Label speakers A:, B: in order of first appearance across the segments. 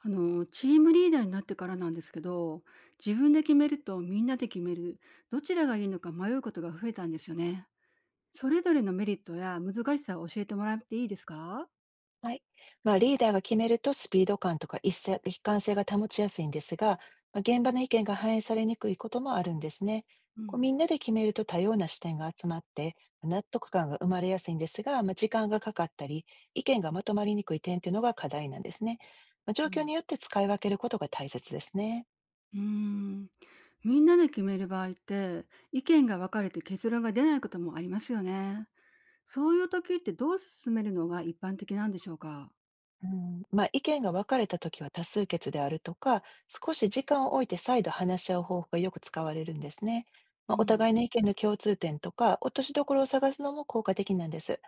A: チームリーダーになってからなんですけど、自分で決めるとみんなで決める、どちらがいいのか迷うことが増えたんですよね。それぞれのメリットや難しさを教えてもらっていいですか？
B: はい。まあ、リーダーが決めるとスピード感とか一斉一貫性が保ちやすいんですが、まあ、現場の意見が反映されにくいこともあるんですね。
A: う
B: こう
A: ん、
B: みんなで決めると多様な視点が集まって納得感が生まれやすいんですが、まあ、時間がかかったり意見がまとまりにくい点というのが課題なんですね。まあ、状
A: う
B: 況
A: ん、
B: によって使い分けることが大切ですね。
A: うーん。みんなで決める場合って、意見が分かれて結論が出ないこともありますよね。そういう時ってどう進めるのが一般的なんでしょうか？
B: うん、まあ、意見が分かれたときは多数決であるとか、少し時間を置いて再度話し合う方法がよく使われるんですね。
A: う
B: まあ、お
A: ん。
B: 互いの意見の共通点とか、落としどころを探すのも効果的なんです。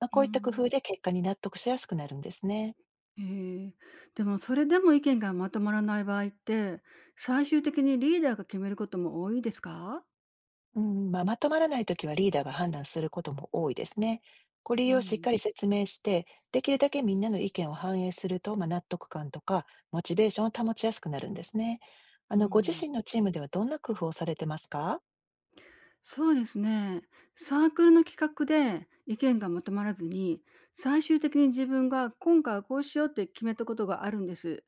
B: まあ、
A: うー
B: こういった工夫
A: ん。
B: で結果に納得しやすくなるんですね。
A: へえ。でもそれでも意見がまとまらない場合って、最終的にリーダーが決めることも多いですか？
B: うん、まあ、まとまらないときはリーダーが判断することも多いですね。これ
A: う
B: 理由をしっ
A: ん、
B: かり説明して、できるだけみんなの意見を反映すると、まあ、納得感とか、モチベーションを保ちやすくなるんですね。
A: うんう
B: ご自
A: ん。
B: 身のチームではどんな工夫をされてますか？
A: そうですね。サークルの企画で意見がまとまらずに、最終的に自分が今回はこうしようって決めたことがあるんです。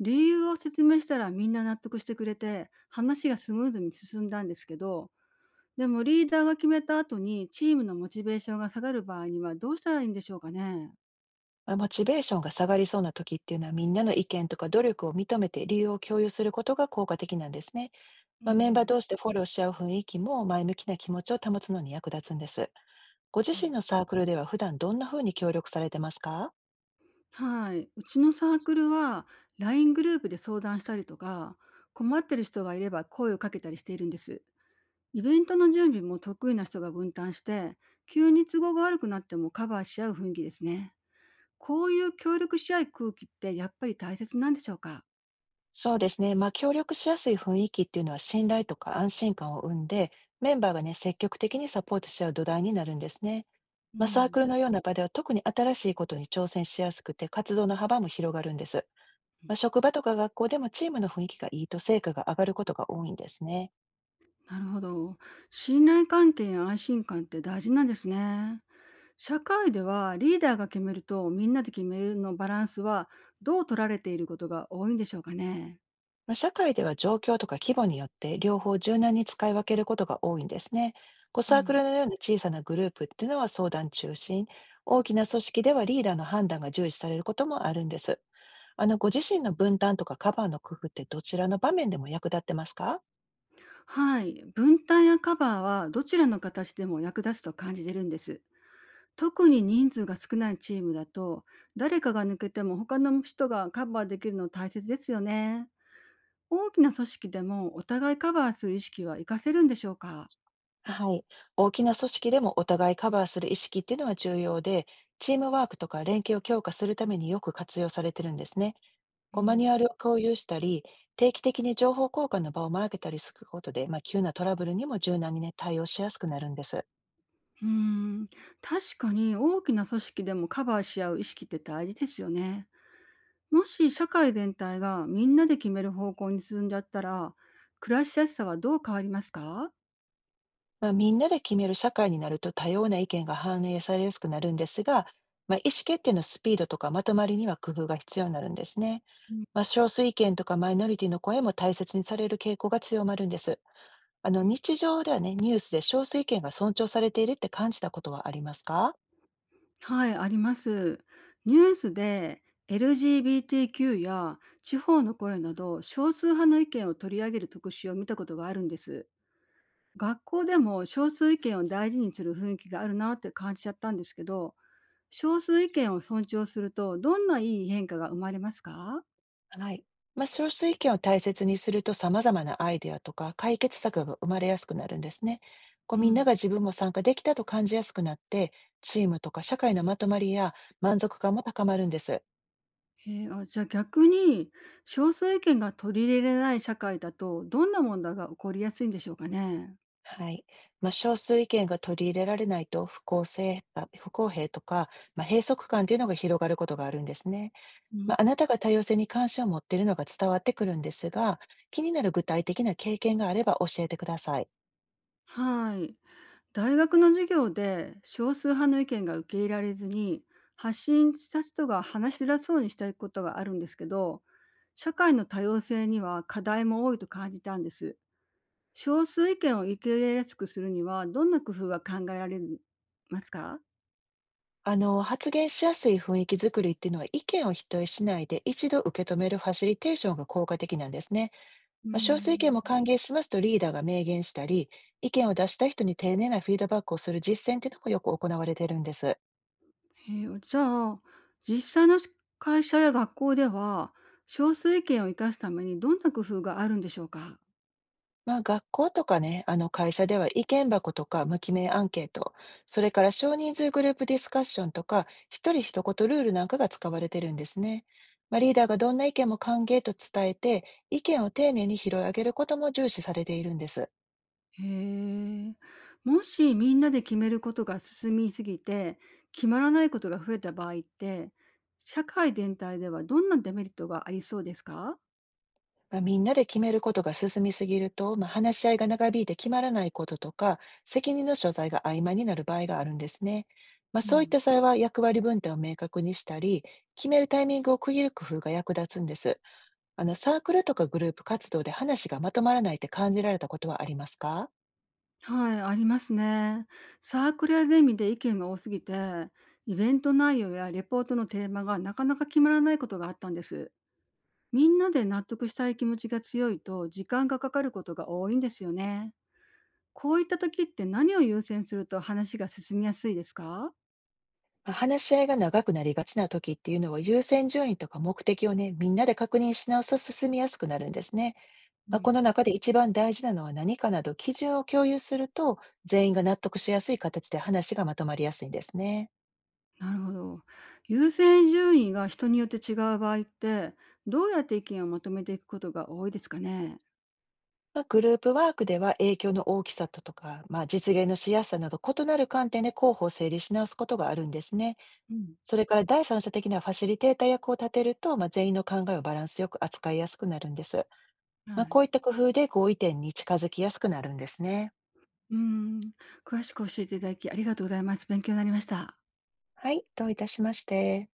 A: 理由を説明したらみんな納得してくれて、話がスムーズに進んだんですけど、でもリーダーが決めた後にチームのモチベーションが下がる場合にはどうしたらいいんでしょうかね？
B: ま、モチベーションが下がりそうな時っていうのは、みんなの意見とか努力を認めて理由を共有することが効果的なんですね。
A: う
B: まあ、メンバー
A: ん
B: 同士でフォローし合う雰囲気も前向きな気持ちを保つのに役立つんです。ご自
A: う
B: 身
A: ん。
B: のサークルでは普段どんな風に協力されてますか？
A: はい。うちのサークルは、LINE グループで相談したりとか、困ってる人がいれば声をかけたりしているんです。イベントの準備も得意な人が分担して、急に都合が悪くなってもカバーし合う雰囲気ですね。こういう協力し合い空気ってやっぱり大切なんでしょうか？
B: そうですね、まあ、協力しやすい雰囲気っていうのは信頼とか安心感を生んで、メンバーがね、積極的にサポートし合う土台になるんですね。
A: う
B: まあ、サー
A: ん。
B: クルのような場では特に新しいことに挑戦しやすくて、活動の幅も広がるんです。まあ、職場とか学校でもチームの雰囲気がいいと成果が上がることが多いんですね。
A: なるほど。信頼関係や安心感って大事なんですね。社会ではリーダーが決めるとみんなで決めるのバランスはどう取られていることが多いんでしょうかね。
B: まあ、社会では状況とか規模によって両方柔軟に使い分けることが多いんですね。こう
A: う
B: サーク
A: ん。
B: ルのような小さなグループっていうのは相談中心、大きな組織ではリーダーの判断が重視されることもあるんです。ご自身の分担とかカバーの工夫ってどちらの場面でも役立ってますか？
A: はい、分担やカバーはどちらの形でも役立つと感じてるんです。特に人数が少ないチームだと、誰かが抜けても他の人がカバーできるの大切ですよね。大きな組織でもお互いカバーする意識は活かせるんでしょうか？
B: はい。大きな組織でもお互いカバーする意識っていうのは重要で、チームワークとか連携を強化するためによく活用されてるんですね。
A: う
B: こうマニュ
A: ん、
B: アルを共有したり、定期的に情報交換の場を設けたりすることで、まあ、急なトラブルにも柔軟にね、対応しやすくなるんです。
A: うーん、確かに大きな組織でもカバーし合う意識って大事ですよね。もし社会全体がみんなで決める方向に進んじゃったら、暮らしやすさはどう変わりますか？
B: まあ、みんなで決める社会になると多様な意見が反映されやすくなるんですが、まあ、意思決定のスピードとかまとまりには工夫が必要になるんですね。まあ、少数意見とかマイノリティの声も大切にされる傾向が強まるんです。日常ではね、ニュースで少数意見が尊重されているって感じたことはありますか？
A: はい、あります。ニュースで LGBTQ や地方の声など少数派の意見を取り上げる特集を見たことがあるんです。学校でも少数意見を大事にする雰囲気があるなって感じちゃったんですけど、少数意見を尊重するとどんないい変化が生まれますか？
B: はい。まあ、少数意見を大切にすると様々なアイデアとか解決策が生まれやすくなるんですね。こ
A: う
B: うみんな
A: ん。
B: が自分も参加できたと感じやすくなって、チームとか社会のまとまりや満足感も高まるんです。
A: じゃあ逆に少数意見が取り入れられない社会だとどんな問題が起こりやすいんでしょうかね。
B: はい。まあ、少数意見が取り入れられないと不公平とか、まあ、閉塞感というのが広がることがあるんですね。
A: う
B: ま
A: ん、
B: あ、あなたが多様性に関心を持っているのが伝わってくるんですが、気になる具体的な経験があれば教えてください。
A: はい。大学の授業で少数派の意見が受け入れられずに発信した人が話しづらそうにしたいことがあるんですけど、社会の多様性には課題も多いと感じたんです。少数意見を受け入れやすくするにはどんな工夫が考えられますか？
B: 発言しやすい雰囲気づくりっていうのは意見を否定しないで一度受け止めるファシリテーションが効果的なんですね。
A: うー
B: まあ、少数意見
A: ん、
B: も歓迎しますとリーダーが明言したり、意見を出した人に丁寧なフィードバックをする実践っていうのもよく行われているんです。
A: へえー。じゃあ実際の会社や学校では少数意見を生かすためにどんな工夫があるんでしょうか？
B: まあ、学校とかね、会社では意見箱とか無記名アンケート、それから少人数グループディスカッションとか、一人一言ルールなんかが使われてるんですね。まあ、リーダーがどんな意見も歓迎と伝えて、意見を丁寧に拾い上げることも重視されているんです。
A: へえ。もしみんなで決めることが進みすぎて、決まらないことが増えた場合って、社会全体ではどんなデメリットがありそうですか？
B: まあ、みんなで決めることが進みすぎると、まあ、話し合いが長引いて決まらないこととか、責任の所在が曖昧になる場合があるんですね。まあ、
A: う
B: そういっ
A: ん、
B: た際は役割分担を明確にしたり、決めるタイミングを区切る工夫が役立つんです。サークルとかグループ活動で話がまとまらないって感じられたことはありますか？
A: はい、ありますね。サークルやゼミで意見が多すぎて、イベント内容やレポートのテーマがなかなか決まらないことがあったんです。みんなで納得したい気持ちが強いと時間がかかることが多いんですよね。こういった時って何を優先すると話が進みやすいですか？
B: まあ話し合いが長くなりがちな時っていうのは優先順位とか目的をね、みんなで確認し直すと進みやすくなるんですね。
A: う
B: まあ、こ
A: ん。
B: の中で一番大事なのは何かなど基準を共有すると全員が納得しやすい形で話がまとまりやすいんですね。
A: なるほど。優先順位が人によって違う場合って、どうやって意見をまとめていくことが多いですかね。
B: まあ、グループワークでは影響の大きさとか、まあ、実現のしやすさなど異なる観点で候補を整理し直すことがあるんですね。
A: うん。
B: それから第三者的なファシリテーター役を立てると、まあ、全員の考えをバランスよく扱いやすくなるんです。まあ、
A: はい。
B: こういった工夫で合意点に近づきやすくなるんですね。
A: うーん。詳しく教えていただきありがとうございます。勉強になりました。
B: はい、どういたしまして。